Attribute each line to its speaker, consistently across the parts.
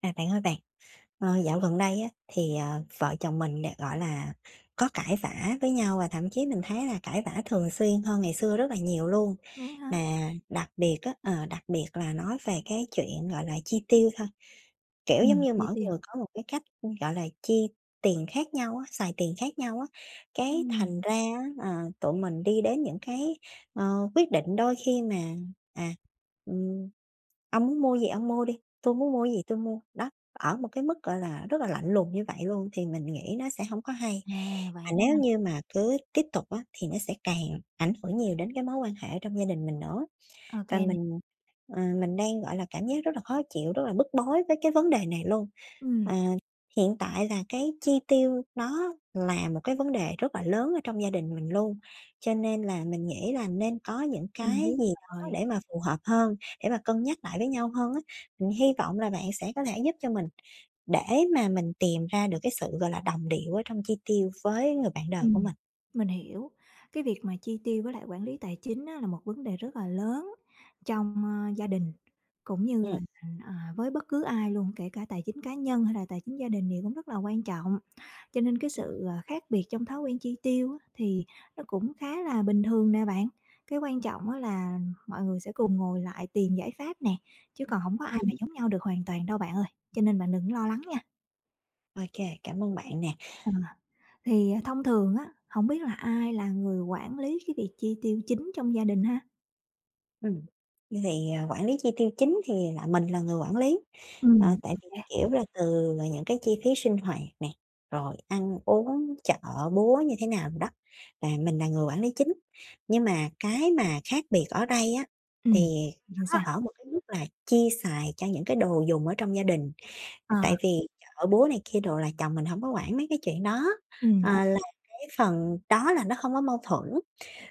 Speaker 1: Bạn ơi bạn, dạo gần đây á, thì, vợ chồng mình nè, gọi là, có cãi vã với nhau và thậm chí mình thấy là cãi vã thường xuyên hơn ngày xưa rất là nhiều luôn.
Speaker 2: Vậy á hả?
Speaker 1: Mà đặc biệt á, đặc biệt là nói về cái chuyện, gọi là, chi tiêu thôi, kiểu, giống
Speaker 2: Ừm.
Speaker 1: như
Speaker 2: Chi
Speaker 1: mỗi
Speaker 2: tiêu.
Speaker 1: người có một cái cách, gọi là, chi tiền khác nhau á, xài tiền khác nhau á, cái
Speaker 2: Ừm,
Speaker 1: thành ra á, tụi mình đi đến những cái, quyết định đôi khi mà, à, ừm, "Ông muốn mua gì ông mua đi, tôi muốn mua gì tôi mua." Đó, ở một cái mức, gọi là, rất là lạnh lùng như vậy luôn thì mình nghĩ nó sẽ không có hay. Và
Speaker 2: Vậy đó
Speaker 1: nếu
Speaker 2: là
Speaker 1: như mà cứ tiếp tục á, thì nó sẽ càng ảnh hưởng nhiều đến cái mối quan hệ trong gia đình mình nữa.
Speaker 2: ô
Speaker 1: Và
Speaker 2: kê nè.
Speaker 1: mình, mình đang, gọi là, cảm giác rất là khó chịu, rất là bức bối với cái vấn đề này luôn.
Speaker 2: Ừm,
Speaker 1: Ờ, hiện tại là cái chi tiêu nó là một cái vấn đề rất là lớn ở trong gia đình mình luôn, cho nên là mình nghĩ là nên có những cái
Speaker 2: mình biết
Speaker 1: gì đó
Speaker 2: rồi.
Speaker 1: để mà phù hợp hơn, để mà cân nhắc lại với nhau hơn á. Mình hy vọng là bạn sẽ có thể giúp cho mình. Để mà mình tìm ra được cái sự, gọi là, đồng điệu ở trong chi tiêu với người bạn đời của
Speaker 2: Ừm,
Speaker 1: mình.
Speaker 2: mình hiểu. Cái việc mà chi tiêu với lại quản lý tài chính á, là một vấn đề rất là lớn trong, gia đình, cũng như
Speaker 1: Ừm.
Speaker 2: là, với bất cứ ai luôn, kể cả tài chính cá nhân hay là tài chính gia đình thì cũng rất là quan trọng. Cho nên cái
Speaker 1: Ừm,
Speaker 2: sự, khác biệt trong thói quen chi tiêu á, thì nó cũng khá là bình thường nè bạn. Cái quan trọng á, là mọi người sẽ cùng ngồi lại tìm giải pháp nè, chứ còn không có ai mà
Speaker 1: ừm.
Speaker 2: giống nhau được hoàn toàn đâu bạn ơi, cho nên bạn đừng lo lắng nha.
Speaker 1: Ô, cảm ơn bạn nè.
Speaker 2: À, thì, thông thường á, hổng biết là ai là người quản lý cái việc chi tiêu chính trong gia đình ha?
Speaker 1: Ừm, như vậy, à, quản lý chi tiêu chính thì là mình là người quản lý, tại
Speaker 2: Ô
Speaker 1: vì,
Speaker 2: kê.
Speaker 1: kiểu là, từ là những cái chi phí sinh hoạt nè, rồi ăn uống, chợ búa như thế nào đó là mình là người quản lý chính. Nhưng mà cái mà khác biệt ở đây á,
Speaker 2: ừm,
Speaker 1: thì
Speaker 2: thì
Speaker 1: nó
Speaker 2: sao?
Speaker 1: ở một cái mức là chi xài cho những cái đồ dùng ở trong gia đình.
Speaker 2: Ờ,
Speaker 1: Tại vì chợ búa này kia đồ là chồng mình hổng có quản mấy cái chuyện đó,
Speaker 2: ô
Speaker 1: là cái phần đó là nó không có mâu thuẫn.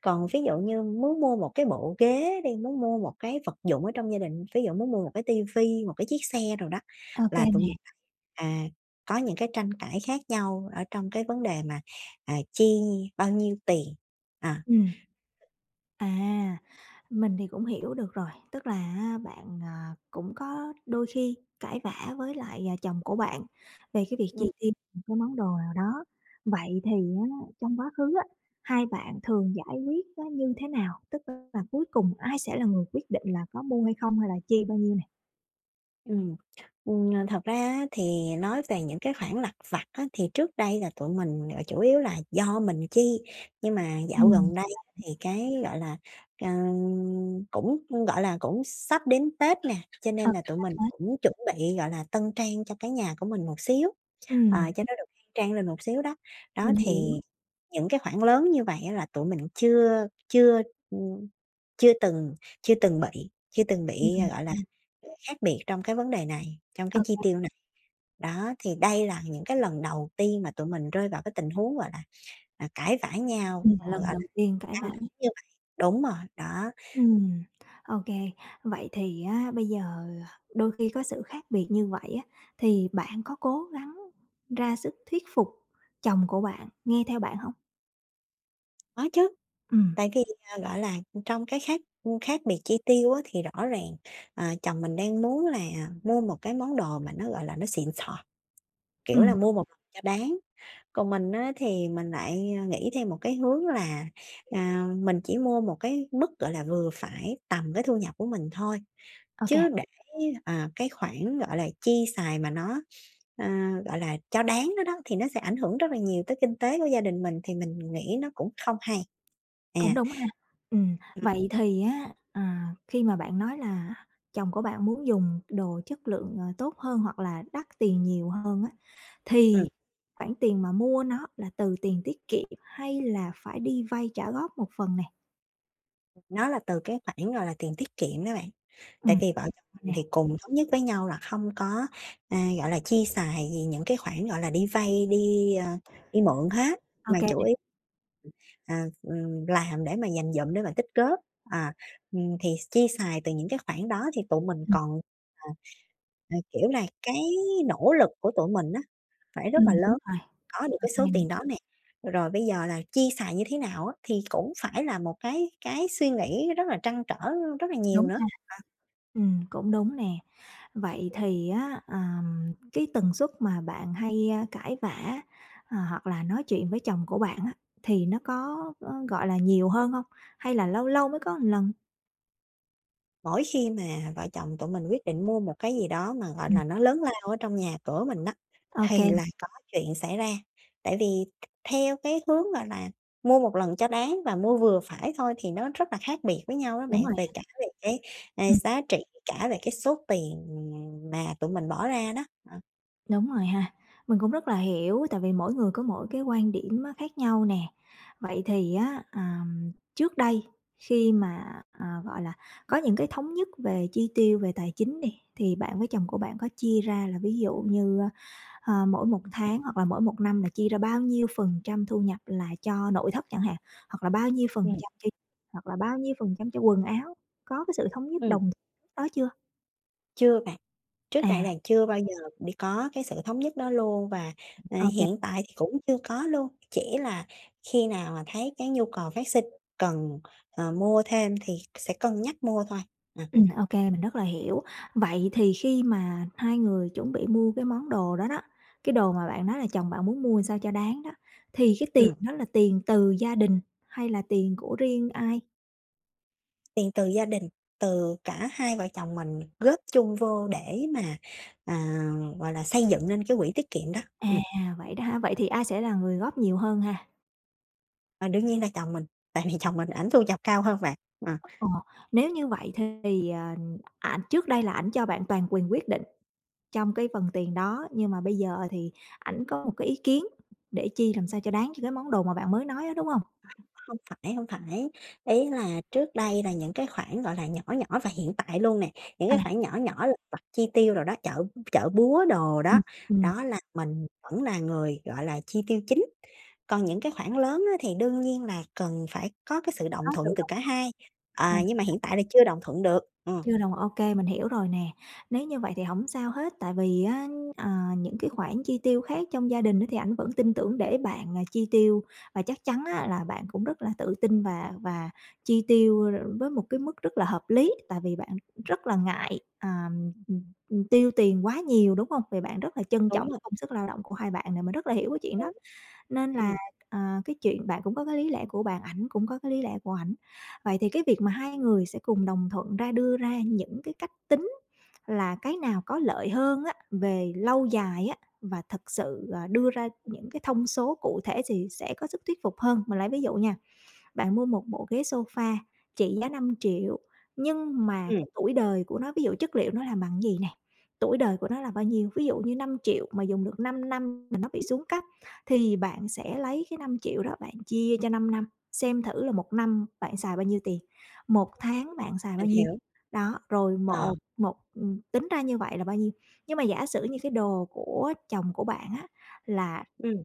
Speaker 1: Còn ví dụ như muốn mua một cái bộ ghế đi, muốn mua một cái vật dụng ở trong gia đình, ví dụ muốn mua một cái ti vi, một cái chiếc xe đồ đó,
Speaker 2: ô kê
Speaker 1: là tụi mình
Speaker 2: nè.
Speaker 1: lại, à, có những cái tranh cãi khác nhau ở trong cái vấn đề mà, à, chi bao nhiêu tiền. À.
Speaker 2: ừm, à, mình thì cũng hiểu được rồi, tức là á bạn, cũng có đôi khi cãi vã với lại, chồng của bạn về cái việc
Speaker 1: Ừm.
Speaker 2: chi tiêu một cái món đồ nào đó. Vậy thì á trong quá khứ á, hai bạn thường giải quyết nó như thế nào? Tức là cuối cùng ai sẽ là người quyết định là có mua hay không hay là chi bao nhiêu?
Speaker 1: Ừm, à, thật ra á thì nói về những cái khoản lặt vặt á, thì trước đây là tụi mình, chủ yếu là do mình chi, nhưng mà dạo
Speaker 2: Ừm.
Speaker 1: gần đây á thì cái, gọi là, ờ, cũng, gọi là, cũng sắp đến Tết nè, cho
Speaker 2: Ờ,
Speaker 1: nên là tụi
Speaker 2: Sao
Speaker 1: mình
Speaker 2: thế?
Speaker 1: cũng chuẩn bị, gọi là, tân trang cho cái nhà của mình một xíu,
Speaker 2: Ừm,
Speaker 1: cho nó được khang trang lên một xíu đó. Đó,
Speaker 2: mình
Speaker 1: thì
Speaker 2: hiểu.
Speaker 1: những cái khoảng lớn như vậy á là tụi mình chưa chưa, ừm, chưa từng chưa từng bị chưa từng bị, à,
Speaker 2: Ừm.
Speaker 1: gọi là,
Speaker 2: Ừm.
Speaker 1: khác biệt trong cái vấn đề này, trong
Speaker 2: Ô
Speaker 1: cái chi
Speaker 2: kê.
Speaker 1: tiêu này. Đó, thì đây là những cái lần đầu tiên mà tụi mình rơi vào cái tình huống, gọi là, cãi vã nhau, rồi, gọi
Speaker 2: Lần
Speaker 1: là,
Speaker 2: đầu tiên cãi
Speaker 1: căng
Speaker 2: vã.
Speaker 1: thẳng như vậy. Đúng rồi, đó,
Speaker 2: Ừm, ô kê, vậy thì á bây giờ đôi khi có sự khác biệt như vậy á, thì bạn có cố gắng ra sức thuyết phục chồng của bạn nghe theo bạn hông?
Speaker 1: có chứ,
Speaker 2: Ừm.
Speaker 1: tại vì, à, gọi là, trong cái khác khác biệt chi tiêu á thì rõ ràng, à, chồng mình đang muốn là mua một cái món đồ mà nó, gọi là, nó xịn sò, kiểu
Speaker 2: Ừm.
Speaker 1: là, mua một lần cho đáng. Còn mình á thì mình lại, à, nghĩ theo một cái hướng là, à, mình chỉ mua một cái mức, gọi là, vừa phải tầm cái thu nhập của mình thôi,
Speaker 2: Ô kê.
Speaker 1: chứ để, à, cái khoản, gọi là, chi xài mà nó, à, gọi là, cho đáng đó đó, thì nó sẽ ảnh hưởng rất là nhiều tới kinh tế của gia đình mình, thì mình nghĩ nó cũng không hay. À,
Speaker 2: Cũng đúng ha.
Speaker 1: Ừm,
Speaker 2: Vậy thì á, khi mà bạn nói là chồng của bạn muốn dùng đồ chất lượng, tốt hơn hoặc là đắt tiền nhiều hơn á, thì
Speaker 1: ừm.
Speaker 2: khoản tiền mà mua nó là từ tiền tiết kiệm hay là phải đi vay trả góp một phần nè?
Speaker 1: Nó là từ cái khoản, gọi là, tiền tiết kiệm đó bạn. Tại
Speaker 2: Ừm.
Speaker 1: vì vợ chồng mình
Speaker 2: Nè.
Speaker 1: thì cùng thống nhất với nhau là không có, à, gọi là, chi xài gì những cái khoản, gọi là, đi vay, đi mượn hết, mà
Speaker 2: Ok,
Speaker 1: chủ
Speaker 2: nè.
Speaker 1: yếu làm để mà dành dụm, để mà tích góp. À, thì chi xài từ những cái khoản đó thì tụi mình
Speaker 2: Ừm.
Speaker 1: còn, à, kiểu là, cái nỗ lực của tụi mình á, phải rất
Speaker 2: Ừm,
Speaker 1: là
Speaker 2: đúng
Speaker 1: lớn
Speaker 2: rồi.
Speaker 1: có được cái
Speaker 2: Ok,
Speaker 1: số
Speaker 2: nè.
Speaker 1: tiền đó nè. Rồi bây giờ là chi xài như thế nào á, thì cũng phải là một cái suy nghĩ rất là trăn trở rất là nhiều
Speaker 2: Đúng
Speaker 1: nữa.
Speaker 2: ha. Ừm, cũng đúng nè. Vậy thì á, cái tần suất mà bạn hay, cãi vã, hoặc là nói chuyện với chồng của bạn á, thì nó có, gọi là, nhiều hơn không? Hay là lâu lâu mới có một lần?
Speaker 1: Mỗi khi mà vợ chồng tụi mình quyết định mua một cái gì đó mà, gọi
Speaker 2: Ừm.
Speaker 1: là, nó lớn lao ở trong nhà cửa mình á,
Speaker 2: Ô,
Speaker 1: thì là có chuyện xảy ra. Tại vì theo cái hướng, gọi là, mua một lần cho đáng và mua vừa phải thôi thì nó rất là khác biệt với nhau đó bạn,
Speaker 2: đúng rồi.
Speaker 1: về cả về cái, giá trị, cả về cái số tiền mà tụi mình bỏ ra đó. Ờ.
Speaker 2: Đúng rồi ha. Mình cũng rất là hiểu, tại vì mỗi người có mỗi cái quan điểm á, khác nhau nè. Vậy thì á, trước đây khi mà, gọi là, có những cái thống nhất về chi tiêu, về tài chính đi, thì bạn với chồng của bạn có chia ra là ví dụ như, mỗi một tháng hoặc là mỗi một năm là chia ra bao nhiêu phần trăm thu nhập là cho nội thất chẳng hạn, hoặc là bao nhiêu phần
Speaker 1: Ừm.
Speaker 2: trăm cho hoặc là bao nhiêu phần trăm cho quần áo, có cái sự thống nhất
Speaker 1: Ừm,
Speaker 2: đồng đó chưa?
Speaker 1: chưa bạn. Trước đây là
Speaker 2: À.
Speaker 1: chưa bao giờ đi có cái sự thống nhất đó luôn và,
Speaker 2: OK.
Speaker 1: hiện tại thì cũng chưa có luôn, chỉ là khi nào mà thấy cái nhu cầu phát sinh cần, mua thêm thì sẽ cân nhắc mua thôi. À,
Speaker 2: Ô mình rất là hiểu. Vậy thì khi mà hai người chuẩn bị mua cái món đồ đó đó, cái đồ mà bạn nói là chồng bạn muốn mua làm sao cho đáng đó, thì cái tiền
Speaker 1: ừm,
Speaker 2: đó là tiền từ gia đình hay là tiền của riêng ai?
Speaker 1: tiền từ gia đình, từ cả hai vợ chồng mình góp chung vô để mà, à, gọi là, xây dựng nên cái quỹ tiết kiệm đó.
Speaker 2: À,
Speaker 1: Ừm,
Speaker 2: vậy đó ha. Vậy thì ai sẽ là người góp nhiều hơn ha?
Speaker 1: và đương nhiên là chồng mình, tại vì chồng mình ảnh thu nhập cao hơn bạn. Ờ.
Speaker 2: Ờ, Nếu như vậy thì, ảnh trước đây là ảnh cho bạn toàn quyền quyết định trong cái phần tiền đó, nhưng mà bây giờ thì ảnh có một cái ý kiến để chi làm sao cho đáng cho cái món đồ mà bạn mới nói đó đúng không?
Speaker 1: Không phải, không phải. Ý là trước đây là những cái khoản, gọi là, nhỏ nhỏ và hiện tại luôn nè, những cái
Speaker 2: À.
Speaker 1: khoản nhỏ nhỏ lặt vặt chi tiêu đồ đó, chợ chợ búa đồ đó,
Speaker 2: Ừm. Ừm,
Speaker 1: đó là mình vẫn là người, gọi là, chi tiêu chính. Còn những cái khoản lớn á thì đương nhiên là cần phải có cái sự đồng
Speaker 2: có sự
Speaker 1: thuận từ
Speaker 2: đồng
Speaker 1: cả
Speaker 2: thuận.
Speaker 1: hai, à, nhưng
Speaker 2: À.
Speaker 1: mà hiện tại là chưa đồng thuận được. Ờ,
Speaker 2: Chưa đồng Ô kê, mình hiểu rồi nè. Nếu như vậy thì không sao hết, tại vì á, ờ, những cái khoản chi tiêu khác trong gia đình á, thì ảnh vẫn tin tưởng để bạn, chi tiêu và chắc chắn á, là bạn cũng rất là tự tin và chi tiêu, với một cái mức rất là hợp lý, tại vì bạn rất là ngại, tiêu tiền quá nhiều, đúng không? Vì bạn rất là trân trọng
Speaker 1: đúng
Speaker 2: cái
Speaker 1: rồi,
Speaker 2: công sức lao động của hai bạn này mình rất là hiểu cái chuyện đó.
Speaker 1: đúng,
Speaker 2: Nên là,
Speaker 1: ừm,
Speaker 2: ờ, cái chuyện bạn cũng có cái lý lẽ của bạn, ảnh cũng có cái lý lẽ của ảnh. Vậy thì cái việc mà hai người sẽ cùng đồng thuận ra đưa ra những cái cách tính là cái nào có lợi hơn á, về lâu dài á, và thật sự, đưa ra những cái thông số cụ thể thì sẽ có sức thuyết phục hơn. Mình lấy ví dụ nha. Bạn mua một bộ ghế sofa trị giá 5 triệu nhưng mà
Speaker 1: ừm,
Speaker 2: cái tuổi đời của nó, ví dụ chất liệu nó làm bằng gì nè, tuổi đời của nó là bao nhiêu. Ví dụ như 5 triệu mà dùng được 5 năm mà nó bị xuống cấp thì bạn sẽ lấy cái 5 triệu đó bạn chia cho 5 năm, xem thử là một năm bạn xài bao nhiêu tiền, một tháng bạn xài
Speaker 1: mình
Speaker 2: bao nhiêu.
Speaker 1: hiểu.
Speaker 2: Đó, rồi
Speaker 1: Ờ,
Speaker 2: một một tính ra như vậy là bao nhiêu. Nhưng mà giả sử như cái đồ của chồng của bạn á là,
Speaker 1: ừm,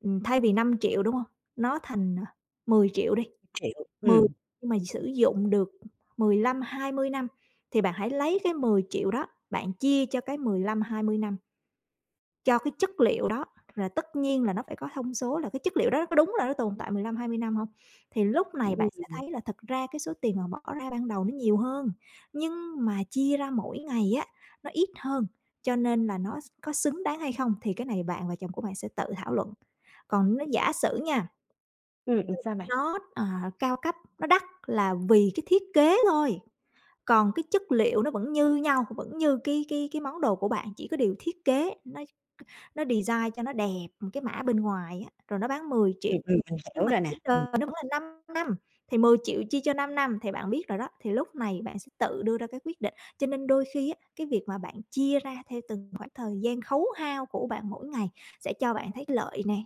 Speaker 2: thay vì 5 triệu đúng không? Nó thành, 10 000 đi,
Speaker 1: hiểu,
Speaker 2: 10
Speaker 1: ừm.
Speaker 2: nhưng mà sử dụng được 15-20 năm, thì bạn hãy lấy cái 10 triệu đó, bạn chia cho cái 15-20 năm cho cái chất liệu đó, là tất nhiên là nó phải có thông số là cái chất liệu đó có đúng là nó tồn tại 15-20 năm không? Thì lúc này bạn
Speaker 1: Ừm,
Speaker 2: sẽ thấy là thật ra cái số tiền mà bỏ ra ban đầu nó nhiều hơn, nhưng mà chia ra mỗi ngày á, nó ít hơn, cho nên là nó có xứng đáng hay không thì cái này bạn và chồng của bạn sẽ tự thảo luận. Còn nó giả sử nha,
Speaker 1: sao bạn?
Speaker 2: nó, cao cấp, nó đắt là vì cái thiết kế thôi, còn cái chất liệu nó vẫn như nhau, vẫn như cái món đồ của bạn, chỉ có điều thiết kế nó design cho nó đẹp, một cái mã bên ngoài á, rồi nó bán 10 triệu.
Speaker 1: Mình
Speaker 2: Nhưng
Speaker 1: hiểu
Speaker 2: mà
Speaker 1: rồi nè,
Speaker 2: tuổi đời nó vẫn là 5 năm, thì 10 triệu chia cho 5 năm thì bạn biết rồi đó, thì lúc này bạn sẽ tự đưa ra cái quyết định. Cho nên đôi khi á, cái việc mà bạn chia ra theo từng khoảng thời gian khấu hao của bạn mỗi ngày sẽ cho bạn thấy lợi nè.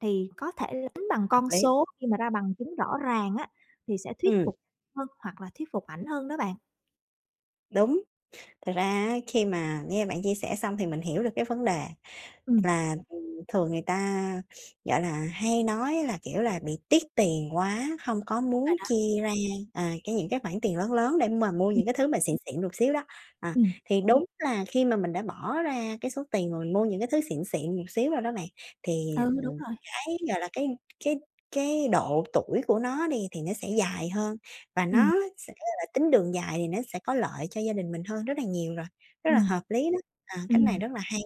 Speaker 2: Thì có thể là tính bằng
Speaker 1: hợp
Speaker 2: con
Speaker 1: lý.
Speaker 2: số khi mà ra bằng chứng rõ ràng á, thì sẽ thuyết
Speaker 1: Ừm,
Speaker 2: phục hơn hoặc là thuyết phục ảnh hơn đó bạn.
Speaker 1: đúng. Thực ra á, khi mà nghe bạn chia sẻ xong thì mình hiểu được cái vấn đề
Speaker 2: Ừm,
Speaker 1: là, thường người ta, gọi là, hay nói là, kiểu là, bị tiếc tiền quá, hông có
Speaker 2: đúng
Speaker 1: muốn
Speaker 2: rồi đó.
Speaker 1: chia ra, à, cái những cái khoản tiền lớn lớn để mà mua
Speaker 2: Ừm.
Speaker 1: những cái thứ mà xịn xịn một xíu đó. À,
Speaker 2: Ừm.
Speaker 1: thì đúng là khi mà mình đã bỏ ra cái số tiền mà mình mua những cái thứ xịn xịn một xíu rồi đó bạn, thì
Speaker 2: Ừ, đúng rồi.
Speaker 1: cái, gọi là, cái cái độ tuổi của nó đi thì nó sẽ dài hơn và
Speaker 2: Ừm.
Speaker 1: nó sẽ là tính đường dài thì nó sẽ có lợi cho gia đình mình hơn rất là nhiều rồi, rất là
Speaker 2: Ừm.
Speaker 1: hợp lý đó. À, cách này
Speaker 2: Ừm.
Speaker 1: rất là hay.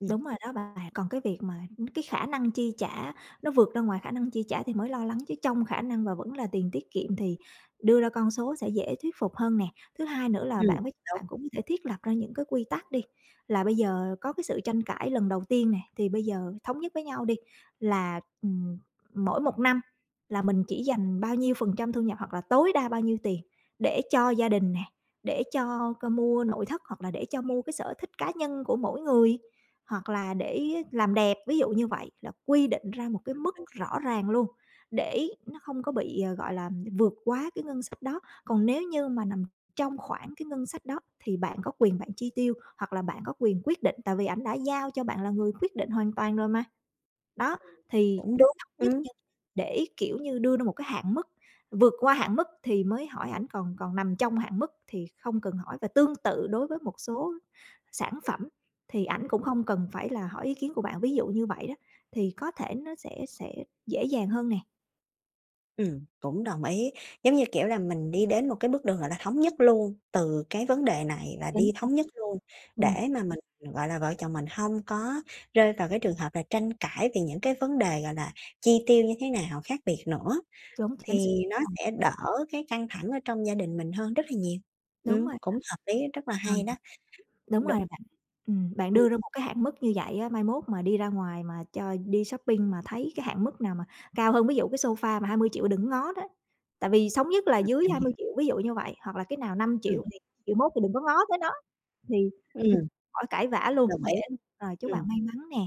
Speaker 1: Ừm,
Speaker 2: Đúng rồi đó bạn, còn cái việc mà cái khả năng chi trả nó vượt ra ngoài khả năng chi trả thì mới lo lắng, chứ trong khả năng và vẫn là tiền tiết kiệm thì đưa ra con số sẽ dễ thuyết phục hơn nè. Thứ hai nữa là
Speaker 1: ừm,
Speaker 2: bạn với
Speaker 1: đúng,
Speaker 2: bạn cũng có thể thiết lập ra những cái quy tắc đi, là bây giờ có cái sự tranh cãi lần đầu tiên nè, thì bây giờ thống nhất với nhau đi là, mỗi một năm là mình chỉ dành bao nhiêu phần trăm thu nhập hoặc là tối đa bao nhiêu tiền để cho gia đình nè, để cho c mua nội thất hoặc là để cho mua cái sở thích cá nhân của mỗi người hoặc là để làm đẹp, ví dụ như vậy, là quy định ra một cái mức rõ ràng luôn, để nó không có bị, gọi là, vượt quá cái ngân sách đó. Còn nếu như mà nằm trong khoảng cái ngân sách đó thì bạn có quyền bạn chi tiêu, hoặc là bạn có quyền quyết định, tại vì ảnh đã giao cho bạn là người quyết định hoàn toàn rồi mà. Đó, thì
Speaker 1: đúng,
Speaker 2: thống nhất nha, để, kiểu như, đưa ra một cái hạn mức, vượt qua hạn mức thì mới hỏi ảnh, còn còn nằm trong hạn mức thì không cần hỏi. Và tương tự đối với một số sản phẩm thì ảnh cũng không cần phải là hỏi ý kiến của bạn, ví dụ như vậy đó, thì có thể nó sẽ dễ dàng hơn nè.
Speaker 1: cũng đồng ý. Giống như, kiểu là, mình đi đến một cái bước đường, gọi là, thống nhất luôn, từ cái vấn đề này là
Speaker 2: Chính
Speaker 1: đi
Speaker 2: xác.
Speaker 1: thống nhất luôn
Speaker 2: Ừm,
Speaker 1: để mà mình, gọi là, vợ chồng mình không có rơi vào cái trường hợp là tranh cãi về những cái vấn đề, gọi là, chi tiêu như thế nào khác biệt nữa.
Speaker 2: đúng, chính xác
Speaker 1: Thì nó
Speaker 2: đó bạn.
Speaker 1: sẽ đỡ cái căng thẳng ở trong gia đình mình hơn rất là nhiều.
Speaker 2: Đúng rồi.
Speaker 1: Cũng hợp lý, rất là
Speaker 2: Ờ.
Speaker 1: hay đó.
Speaker 2: Đúng
Speaker 1: Được,
Speaker 2: rồi bạn. Bạn
Speaker 1: ừm,
Speaker 2: đưa ra một cái hạn mức như vậy á, mai mốt mà đi ra ngoài mà cho đi shopping mà thấy cái hạn mức nào mà cao hơn, ví dụ cái sofa mà 20 triệu đừng ngó đó. Tại vì sống nhất là dưới
Speaker 1: mình
Speaker 2: hai
Speaker 1: hiểu,
Speaker 2: mươi triệu ví dụ như vậy, hoặc là cái nào năm
Speaker 1: ừm, ừm,
Speaker 2: triệu thì triệu mốt thì đừng có ngó tới nó, thì khỏi cãi vã luôn,
Speaker 1: đồng
Speaker 2: dễ
Speaker 1: ý.
Speaker 2: rồi, chúc
Speaker 1: Ừm,
Speaker 2: bạn may mắn nè.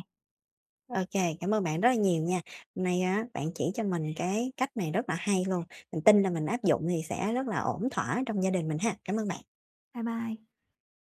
Speaker 1: ô kê, cảm ơn bạn rất là nhiều nha. Hôm nay á, bạn chỉ cho mình cái cách này rất là hay luôn, mình tin là mình áp dụng thì sẽ rất là ổn thỏa trong gia đình mình ha. Cảm ơn bạn.
Speaker 2: Bye bye.